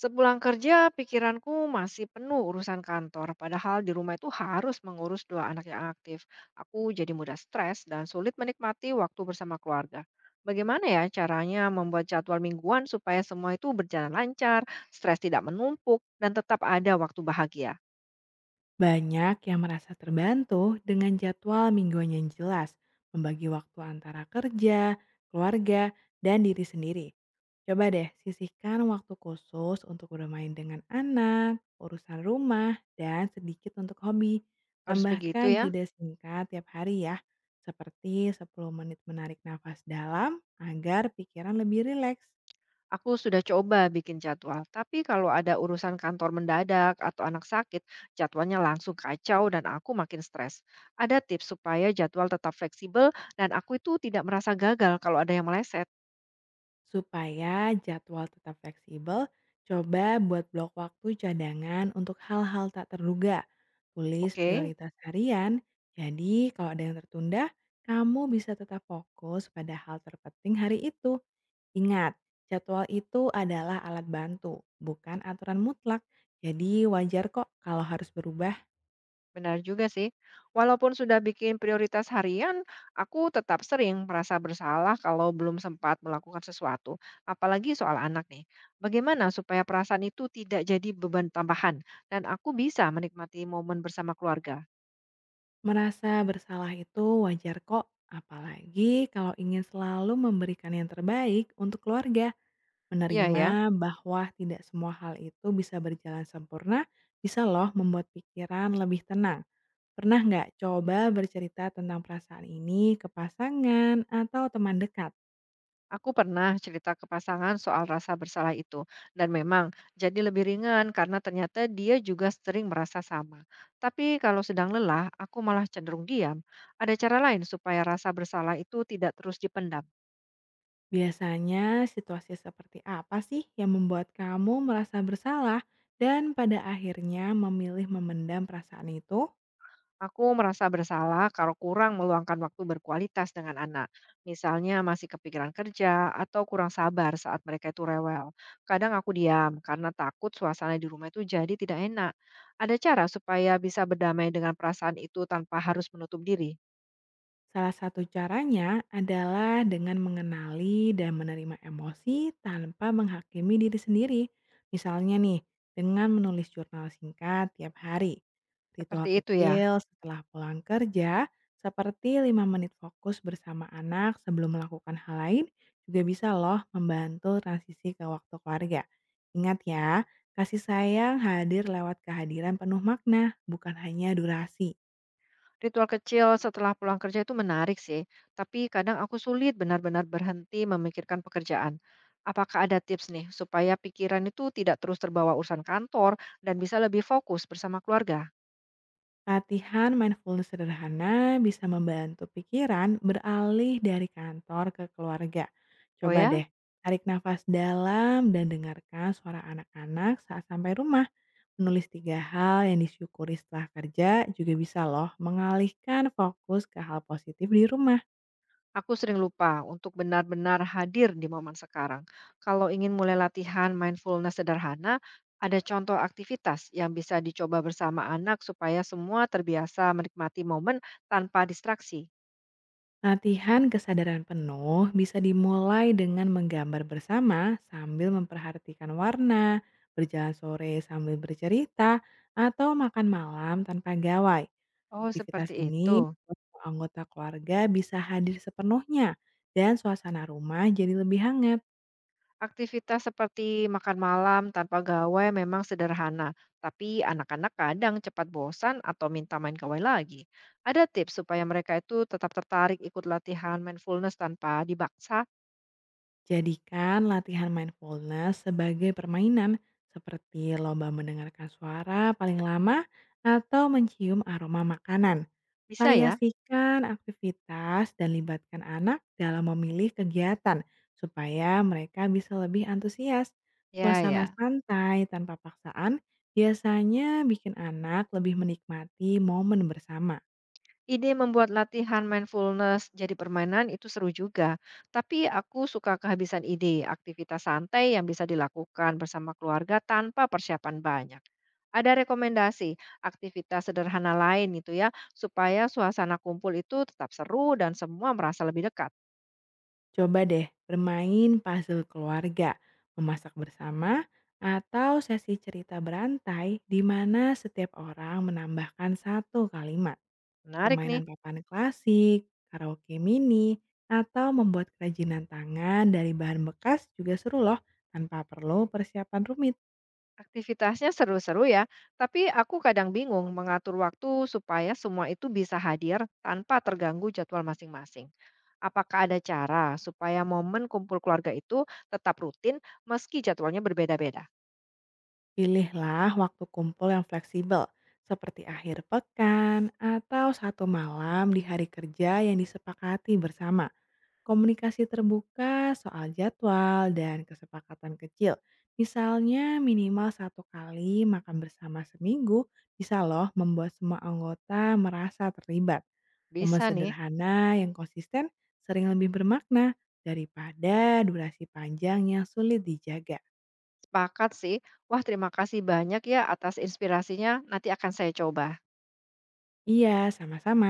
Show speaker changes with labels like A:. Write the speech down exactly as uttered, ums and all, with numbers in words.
A: Sepulang kerja, pikiranku masih penuh urusan kantor, padahal di rumah itu harus mengurus dua anak yang aktif. Aku jadi mudah stres dan sulit menikmati waktu bersama keluarga. Bagaimana ya caranya membuat jadwal mingguan supaya semua itu berjalan lancar, stres tidak menumpuk, dan tetap ada waktu bahagia?
B: Banyak yang merasa terbantu dengan jadwal mingguan yang jelas, membagi waktu antara kerja, keluarga, dan diri sendiri. Coba deh sisihkan waktu khusus untuk bermain dengan anak, urusan rumah, dan sedikit untuk hobi.
A: Harus begitu
B: Tambahkan
A: ya?
B: jeda singkat tiap hari ya, seperti sepuluh menit menarik nafas dalam agar pikiran lebih rileks.
A: Aku sudah coba bikin jadwal, tapi kalau ada urusan kantor mendadak atau anak sakit, jadwalnya langsung kacau dan aku makin stres. Ada tips supaya jadwal tetap fleksibel dan aku itu tidak merasa gagal kalau ada yang meleset.
B: Supaya jadwal tetap fleksibel, coba buat blok waktu cadangan untuk hal-hal tak terduga. Tulis
A: Oke,
B: prioritas harian, jadi kalau ada yang tertunda, kamu bisa tetap fokus pada hal terpenting hari itu. Ingat, jadwal itu adalah alat bantu, bukan aturan mutlak. Jadi wajar kok kalau harus berubah.
A: benar juga sih. Walaupun sudah bikin prioritas harian, aku tetap sering merasa bersalah kalau belum sempat melakukan sesuatu, apalagi soal anak nih. Bagaimana supaya perasaan itu tidak jadi beban tambahan dan aku bisa menikmati momen bersama keluarga?
B: Merasa bersalah itu wajar kok, apalagi kalau ingin selalu memberikan yang terbaik untuk keluarga.
A: Iya ya,
B: Menerima bahwa tidak semua hal itu bisa berjalan sempurna, bisa loh membuat pikiran lebih tenang. Pernah nggak coba bercerita tentang perasaan ini ke pasangan atau teman dekat?
A: aku pernah cerita ke pasangan soal rasa bersalah itu, dan memang jadi lebih ringan karena ternyata dia juga sering merasa sama. Tapi kalau sedang lelah, aku malah cenderung diam. Ada cara lain supaya rasa bersalah itu tidak terus dipendam.
B: Biasanya situasi seperti apa sih yang membuat kamu merasa bersalah dan pada akhirnya memilih memendam perasaan itu?
A: Aku merasa bersalah kalau kurang meluangkan waktu berkualitas dengan anak. Misalnya masih kepikiran kerja atau kurang sabar saat mereka itu rewel. Kadang aku diam karena takut suasana di rumah itu jadi tidak enak. Ada cara supaya bisa berdamai dengan perasaan itu tanpa harus menutup diri.
B: Salah satu caranya adalah dengan mengenali dan menerima emosi tanpa menghakimi diri sendiri. Misalnya nih, dengan menulis jurnal singkat tiap hari. Ritual
A: Seperti itu ya.
B: kecil setelah pulang kerja, seperti lima menit fokus bersama anak sebelum melakukan hal lain, juga bisa loh membantu transisi ke waktu keluarga. Ingat ya, kasih sayang hadir lewat kehadiran penuh makna, bukan hanya durasi.
A: Ritual kecil setelah pulang kerja itu menarik sih, tapi kadang aku sulit benar-benar berhenti memikirkan pekerjaan. Apakah ada tips nih supaya pikiran itu tidak terus terbawa urusan kantor dan bisa lebih fokus bersama keluarga?
B: Latihan mindfulness sederhana bisa membantu pikiran beralih dari kantor ke keluarga.
A: Oh
B: Coba
A: ya,
B: deh, tarik nafas dalam dan dengarkan suara anak-anak saat sampai rumah. Menulis tiga hal yang disyukuri setelah kerja juga bisa loh mengalihkan fokus ke hal positif di rumah.
A: aku sering lupa untuk benar-benar hadir di momen sekarang. Kalau ingin mulai latihan mindfulness sederhana, ada contoh aktivitas yang bisa dicoba bersama anak supaya semua terbiasa menikmati momen tanpa distraksi.
B: Latihan kesadaran penuh bisa dimulai dengan menggambar bersama sambil memperhatikan warna, berjalan sore sambil bercerita, atau makan malam tanpa gawai.
A: Oh,
B: Aktivitas
A: seperti itu.
B: ini membuat semua anggota keluarga bisa hadir sepenuhnya dan suasana rumah jadi lebih hangat.
A: Aktivitas seperti makan malam tanpa gawai memang sederhana, tapi anak-anak kadang cepat bosan atau minta main gawai lagi. Ada tips supaya mereka itu tetap tertarik ikut latihan mindfulness tanpa dibaksa?
B: Jadikan latihan mindfulness sebagai permainan seperti lomba mendengarkan suara paling lama atau mencium aroma makanan.
A: Bisa ya?
B: Variasikan aktivitas dan libatkan anak dalam memilih kegiatan supaya mereka bisa lebih antusias.
A: Ya,
B: Suasana
A: ya.
B: santai tanpa paksaan biasanya bikin anak lebih menikmati momen bersama.
A: Ide membuat latihan mindfulness jadi permainan itu seru juga, tapi aku suka kehabisan ide, aktivitas santai yang bisa dilakukan bersama keluarga tanpa persiapan banyak. Ada rekomendasi aktivitas sederhana lain gitu ya, supaya suasana kumpul itu tetap seru dan semua merasa lebih dekat.
B: Coba deh bermain puzzle keluarga, memasak bersama, atau sesi cerita berantai di mana setiap orang menambahkan satu kalimat.
A: Menarik nih.
B: Permainan papan klasik, karaoke mini, atau membuat kerajinan tangan dari bahan bekas juga seru loh tanpa perlu persiapan rumit.
A: Aktivitasnya seru-seru ya, tapi aku kadang bingung mengatur waktu supaya semua itu bisa hadir tanpa terganggu jadwal masing-masing. Apakah ada cara supaya momen kumpul keluarga itu tetap rutin meski jadwalnya berbeda-beda?
B: Pilihlah waktu kumpul yang fleksibel, seperti akhir pekan atau satu malam di hari kerja yang disepakati bersama. Komunikasi terbuka soal jadwal dan kesepakatan kecil. Misalnya minimal satu kali makan bersama seminggu bisa loh membuat semua anggota merasa terlibat. Momen
A: Bisa nih,
B: sederhana yang konsisten sering lebih bermakna daripada durasi panjang yang sulit dijaga.
A: sepakat sih. Wah, terima kasih banyak ya atas inspirasinya. Nanti akan saya coba.
B: Iya, sama-sama.